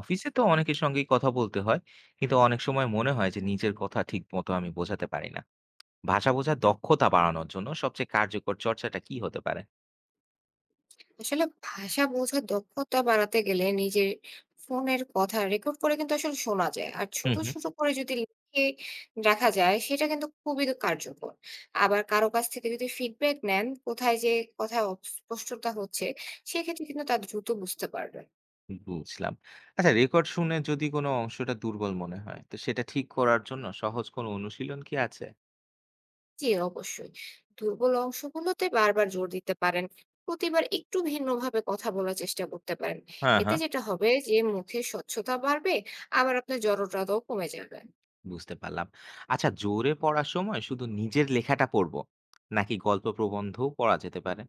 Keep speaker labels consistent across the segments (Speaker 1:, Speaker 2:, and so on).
Speaker 1: অফিসে তো অনেকের সঙ্গেই কথা বলতে হয়। কিন্তু অনেক সময় মনে হয় যে নিজের কথা ঠিক মতো আমি বোঝাতে পারি না। ভাষা বোঝার দক্ষতা বাড়ানোর জন্য সবচেয়ে কার্যকর চর্চাটা কি হতে পারে?
Speaker 2: আসলে ভাষা বোঝার দক্ষতা বাড়াতে গেলে নিজের ফোনের কথা রেকর্ড করে কিন্তু আসলে শোনা যায় আর
Speaker 1: হুম
Speaker 2: ছোট
Speaker 1: হুম।
Speaker 2: ছোট করে যদি লিখে রাখা যায় সেটা কিন্তু খুবই কার্যকর। আবার কারো কাছ থেকে যদি ফিডব্যাক নেন কোথায় অস্পষ্টতা হচ্ছে, সেক্ষেত্রে কিন্তু তা দ্রুত বুঝতে পারবেন।
Speaker 1: বুঝলাম। আচ্ছা, রেকর্ড শুনে যদি কোনো অংশটা দুর্বল মনে হয় তো সেটা ঠিক করার জন্য সহজ কোনো অনুশীলন কি আছে?
Speaker 2: জি, অবশ্যই। দুর্বল অংশগুলোতে বারবার জোর দিতে পারেন, প্রতিবার একটু ভিন্নভাবে কথা বলার চেষ্টা করতে পারেন।
Speaker 1: হ্যাঁ
Speaker 2: এতে
Speaker 1: হ্যাঁ।
Speaker 2: যেটা হবে যে মুখের স্বচ্ছতা বাড়বে, আবার আপনার জড়তাও কমে যাবে।
Speaker 1: বুঝতে পারলাম। আচ্ছা, জোরে পড়ার সময় শুধু নিজের লেখাটা পড়বো নাকি গল্প প্রবন্ধও পড়া যেতে পারে?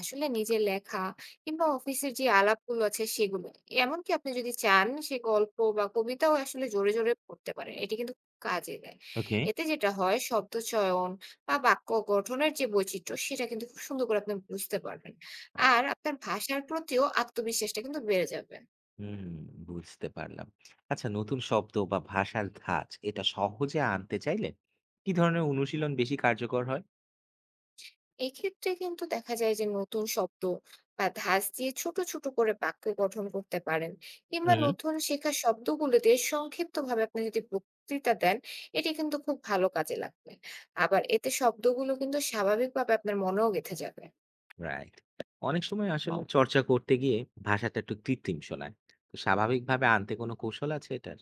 Speaker 2: আসলে নিজের লেখা কিংবা অফিসের যে আলাপগুলো আছে সেগুলো, এমনকি আপনি যদি চান সে গল্প বা কবিতাও আসলে জোরে জোরে পড়তে পারেন, এটি কিন্তু খুব কাজে দেয়।
Speaker 1: ওকে।
Speaker 2: এতে যেটা হয় শব্দ চয়ন বা বাক্য গঠনের যে বৈচিত্র্য সেটা কিন্তু খুব সুন্দর করে আপনি বুঝতে পারবেন, আর আপনার ভাষার প্রতিও আত্মবিশ্বাসটা কিন্তু বেড়ে যাবে।
Speaker 1: হুম, বুঝতে পারলাম। আচ্ছা, নতুন শব্দ বা ভাষার ধাঁচ এটা সহজে আনতে চাইলে কি ধরনের অনুশীলন বেশি কার্যকর হয়?
Speaker 2: এক্ষেত্রে কিন্তু দেখা যায় যে নতুন শব্দ বা ধাঁচ দিয়ে ছোট ছোট করে বাক্য গঠন করতে পারেন, কিংবা
Speaker 1: হুম, হুম।
Speaker 2: নতুন শেখা শব্দগুলোতে সংক্ষিপ্তভাবে আপনি যদি বক্তৃতা দেন, এটি কিন্তু খুব ভালো কাজে লাগবে। আবার এতে শব্দগুলো কিন্তু স্বাভাবিকভাবে আপনার মনেও গেঁথে যাবে।
Speaker 1: রাইট। অনেক সময় আসলে চর্চা করতে গিয়ে ভাষাটা একটু কৃত্রিম শোনায়। তো স্বাভাবিকভাবে আনতে কোনো কৌশল আছে এটার?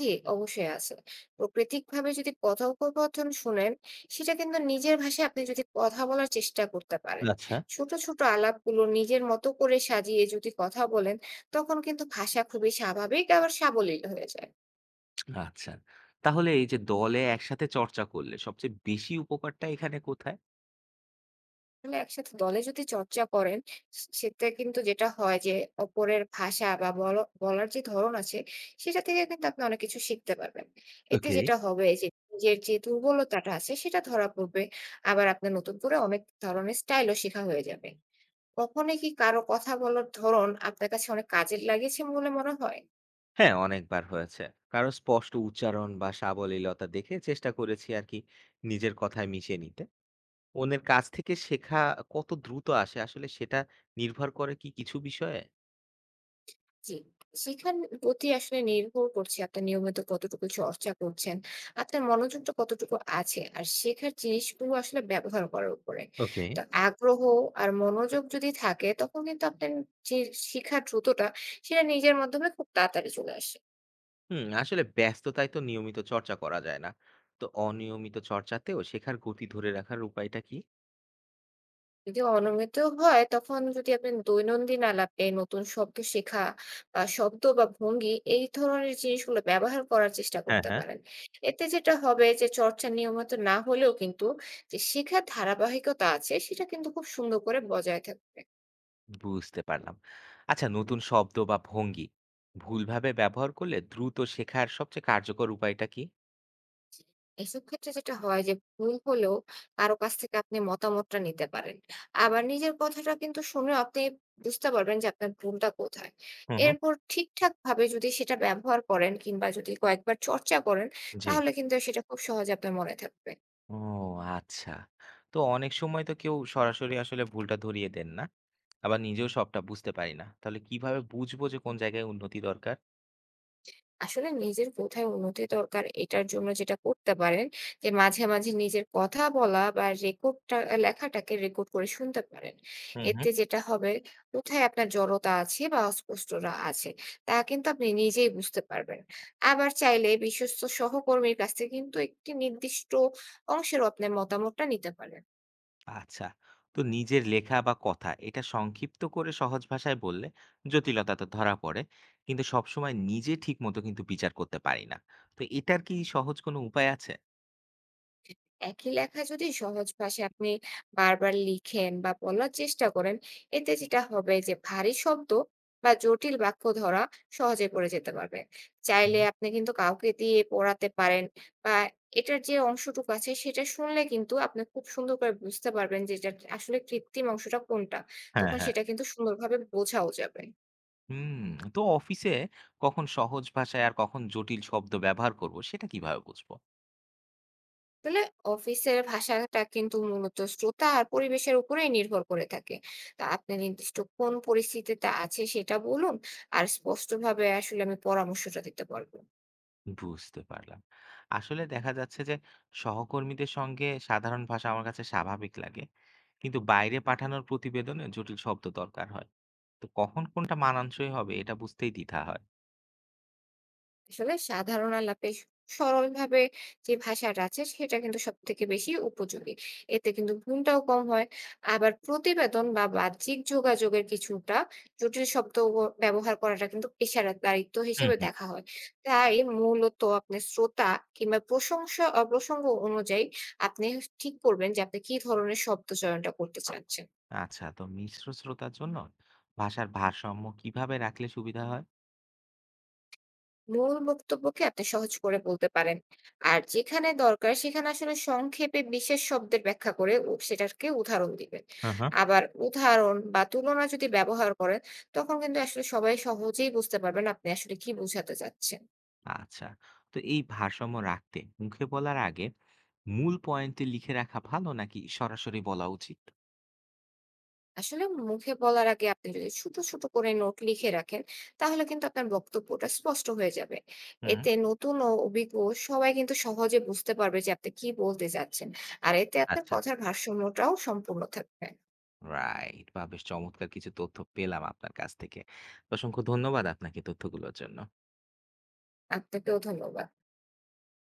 Speaker 2: জি, অবশ্যই আছে। প্রাকৃতিক ভাবে যদি কথোপকথন শুনেন, সেটা কিন্তু নিজের ভাষায় আপনি যদি কথা বলার চেষ্টা করতে পারেন,
Speaker 1: আচ্ছা।
Speaker 2: ছোট ছোট আলাপগুলো নিজের মতো করে সাজিয়ে যদি কথা বলেন, তখন কিন্তু ভাষা খুবই স্বাভাবিক আবার সাবলীল হয়ে যায়।
Speaker 1: আচ্ছা। তাহলে এই যে দলে একসাথে চর্চা করলে সবচেয়ে বেশি উপকারটা এখানে কোথায়?
Speaker 2: আসলে একসাথে দলে যদি চর্চা করেন, সেটা কিন্তু যেটা হয় যে অপরের ভাষা বা বলার যে ধরন আছে সেটা থেকে কিন্তু আপনি অনেক কিছু শিখতে পারবেন। এতে
Speaker 1: ওকে।
Speaker 2: যেটা হবে যে নিজের যে দুর্বলতাটা আছে সেটা ধরা পড়বে। আবার আপনার নতুন করে অনেক ধরনের স্টাইলও শেখা হয়ে যাবে। কখনো কি কারো কথা বলার ধরন আপনার কাছে অনেক কাজের লাগিয়েছে বলে মনে হয়?
Speaker 1: হ্যাঁ, অনেকবার হয়েছে। কারণ স্পষ্ট উচ্চারণ বা সাবলীলতা দেখে চেষ্টা করেছি আরকি নিজের কথায় মিশিয়ে নিতে। অন্যের কাছ থেকে শেখা কত দ্রুত আসে আসলে সেটা নির্ভর করে কি কিছু বিষয়ে?
Speaker 2: জি, শেখার গতি আসলে নির্ভর করছে আপনি নিয়মিত কতটুকু চর্চা করছেন, আপনার মনোযোগটা কতটুকু আছে, আর শেখার জিনিসগুলো আসলে ব্যবহার করার উপরে।
Speaker 1: ওকে।
Speaker 2: তো আগ্রহ আর মনোযোগ যদি থাকে তখন কিন্তু আপনার যে শিখার দ্রুততা সেটা নিজের মাধ্যমে খুব তাড়াতাড়ি চলে আসে।
Speaker 1: হুম, আসলে ব্যস্ততায় তো নিয়মিত চর্চা করা যায় না। তো অনিয়মিত চর্চাতেও শেখার গতি ধরে রাখার উপায়টা কি?
Speaker 2: যদি অনিয়মিত হয় তখন যদি আপনি দৈনন্দিন আলাপে নতুন শব্দ শেখা বা শব্দ বা ভঙ্গি এই ধরনের জিনিসগুলো ব্যবহার করার চেষ্টা
Speaker 1: হ্যাঁ,
Speaker 2: করতে
Speaker 1: হ্যাঁ।
Speaker 2: পারেন, এতে যেটা হবে যে চর্চা নিয়মিত না হলেও কিন্তু যে শেখার ধারাবাহিকতা আছে সেটা কিন্তু খুব সুন্দর করে বজায় থাকবে।
Speaker 1: বুঝতে পারলাম। আচ্ছা, নতুন শব্দ বা ভঙ্গি ভুলভাবে ব্যবহার করলে দ্রুত শেখার সবচেয়ে কার্যকর উপায়টা কি?
Speaker 2: এসব ক্ষেত্রে যেটা হয় যে ভুল হলেও কারো কাছ থেকে আপনি মতামতটা নিতে পারেন, আবার নিজের কথাটা কিন্তু শুনে আপনি বুঝতে পারবেন যে আপনার ভুলটা কোথায়।
Speaker 1: হুম, হুম।
Speaker 2: এরপর ঠিকঠাক ভাবে যদি সেটা ব্যবহার করেন কিংবা যদি কয়েকবার চর্চা করেন,
Speaker 1: জি।
Speaker 2: তাহলে কিন্তু সেটা খুব সহজে আপনার মনে থাকবে।
Speaker 1: ও আচ্ছা। তো অনেক সময় তো কেউ সরাসরি আসলে ভুলটা ধরিয়ে দেন না। আবার নিজেও সবটা বুঝতে পারি না। তাহলে কিভাবে বুঝবো যে কোন জায়গায় উন্নতি দরকার?
Speaker 2: আসলে নিজের কোথায় উন্নতি দরকার এটার জন্য যেটা করতে পারেন যে মাঝে মাঝে নিজের কথা বলা বা রেকর্ডটা লেখাটাকে রেকর্ড করে শুনতে পারেন।
Speaker 1: হুম, হুম।
Speaker 2: এতে যেটা হবে, কোথায় আপনার জড়তা আছে বা অস্পষ্টতা আছে তা কিন্তু আপনি নিজেই বুঝতে পারবেন। আবার চাইলে বিশ্বস্ত সহকর্মীর কাছ থেকে কিন্তু একটি নির্দিষ্ট অংশেরও আপনার মতামতটা নিতে পারেন।
Speaker 1: আচ্ছা। তো নিজের লেখা বা কথা এটা সংক্ষিপ্ত করে সহজ ভাষায় বললে জটিলতা তো ধরা পড়ে। কিন্তু সবসময় নিজে ঠিকমতো কিন্তু বিচার করতে পারি না। তো এটার কি সহজ কোনো উপায় আছে?
Speaker 2: একই লেখা যদি সহজ ভাষায় আপনি বারবার লিখেন বা বলার চেষ্টা করেন, এতে যেটা হবে যে ভারী শব্দ বা জটিল বাক্য ধরা সহজে পড়ে যেতে পারবে। চাইলে
Speaker 1: হুম।
Speaker 2: আপনি কিন্তু কাউকে দিয়ে পড়াতে পারেন, বা এটার যে অংশটুকু আছে সেটা শুনলে কিন্তু আপনি খুব সুন্দর করে বুঝতে পারবেন যে এটা আসলে কৃত্রিম অংশটা কোনটা।
Speaker 1: হ্যাঁ,
Speaker 2: তখন
Speaker 1: হ্যাঁ।
Speaker 2: সেটা কিন্তু সুন্দরভাবে বোঝাও যাবে।
Speaker 1: হুম। তো অফিসে কখন সহজ ভাষায় আর কখন জটিল শব্দ ব্যবহার করব সেটা কিভাবে বুঝবো?
Speaker 2: আসলে অফিসের ভাষাটা কিন্তু মূলত শ্রোতা আর পরিবেশের উপরেই নির্ভর করে থাকে। তা আপনি নির্দিষ্ট কোন পরিস্থিতিতে আছে সেটা বলুন, আর স্পষ্টভাবে আসলে আমি পরামর্শটা দিতে পারবো।
Speaker 1: বুঝতে পারলাম। আসলে দেখা যাচ্ছে যে সহকর্মীদের সঙ্গে সাধারণ ভাষা আমার কাছে স্বাভাবিক লাগে। কিন্তু বাইরে পাঠানোর প্রতিবেদনে জটিল শব্দ দরকার হয়। তো কখন কোনটা মানানসই হবে এটা বুঝতেই দ্বিধা হয়।
Speaker 2: আসলে সাধারণ আলাপে সরল ভাবে যে ভাষাটা আছে সেটা কিন্তু সব থেকে বেশি উপযোগী, এতে কিন্তু ভুলটাও কম হয়। আবার প্রতিবেদন বা বাহ্যিক যোগাযোগের কিছুটা জটিল শব্দ ও ব্যবহার করাটা কিন্তু পেশাদার দায়িত্ব
Speaker 1: হুম
Speaker 2: হিসেবে
Speaker 1: হুম।
Speaker 2: দেখা হয়। তাই মূলত আপনি শ্রোতা কিংবা প্রশংসা অপ্রসঙ্গ অনুযায়ী আপনি ঠিক করবেন যে আপনি কি ধরনের শব্দ চয়নটা করতে চাচ্ছেন।
Speaker 1: আচ্ছা, তো মিশ্র শ্রোতার জন্য ভাষার ভারসাম্য কিভাবে রাখলে সুবিধা হয়?
Speaker 2: মূল বক্তব্যকে আপনি সহজ করে বলতে পারেন, আর যেখানে দরকার সেখানে আসলে সংক্ষেপে বিশেষ শব্দের ব্যাখ্যা করে সেটাকে উদাহরণ দিবেন।
Speaker 1: হ্যাঁ হ্যাঁ।
Speaker 2: আবার উদাহরণ বা তুলনা যদি ব্যবহার করেন, তখন কিন্তু আসলে সবাই সহজেই বুঝতে পারবেন আপনি আসলে কি বোঝাতে চাচ্ছেন।
Speaker 1: আচ্ছা, তো এই ভারসাম্য রাখতে মুখে বলার আগে মূল পয়েন্টে লিখে রাখা ভালো নাকি সরাসরি বলা উচিত?
Speaker 2: আসলে মুখে বলার আগে আপনি যদি ছোট ছোট করে নোট লিখে রাখেন, তাহলে কিন্তু আপনার বক্তব্যটা স্পষ্ট হয়ে যাবে।
Speaker 1: হুম।
Speaker 2: এতে নতুন ও অভিজ্ঞ সবাই কিন্তু সহজে বুঝতে পারবে যে আপনি কি বলতে চাচ্ছেন, আর এতে আপনার
Speaker 1: আচ্ছা।
Speaker 2: কথার ভারসাম্যটাও সম্পূর্ণ থাকবে।
Speaker 1: রাইট, বাহ! বেশ চমৎকার কিছু তথ্য পেলাম আপনার কাছ থেকে। অসংখ্য ধন্যবাদ আপনাকে তথ্যগুলোর জন্য।
Speaker 2: আপনাকেও ধন্যবাদ।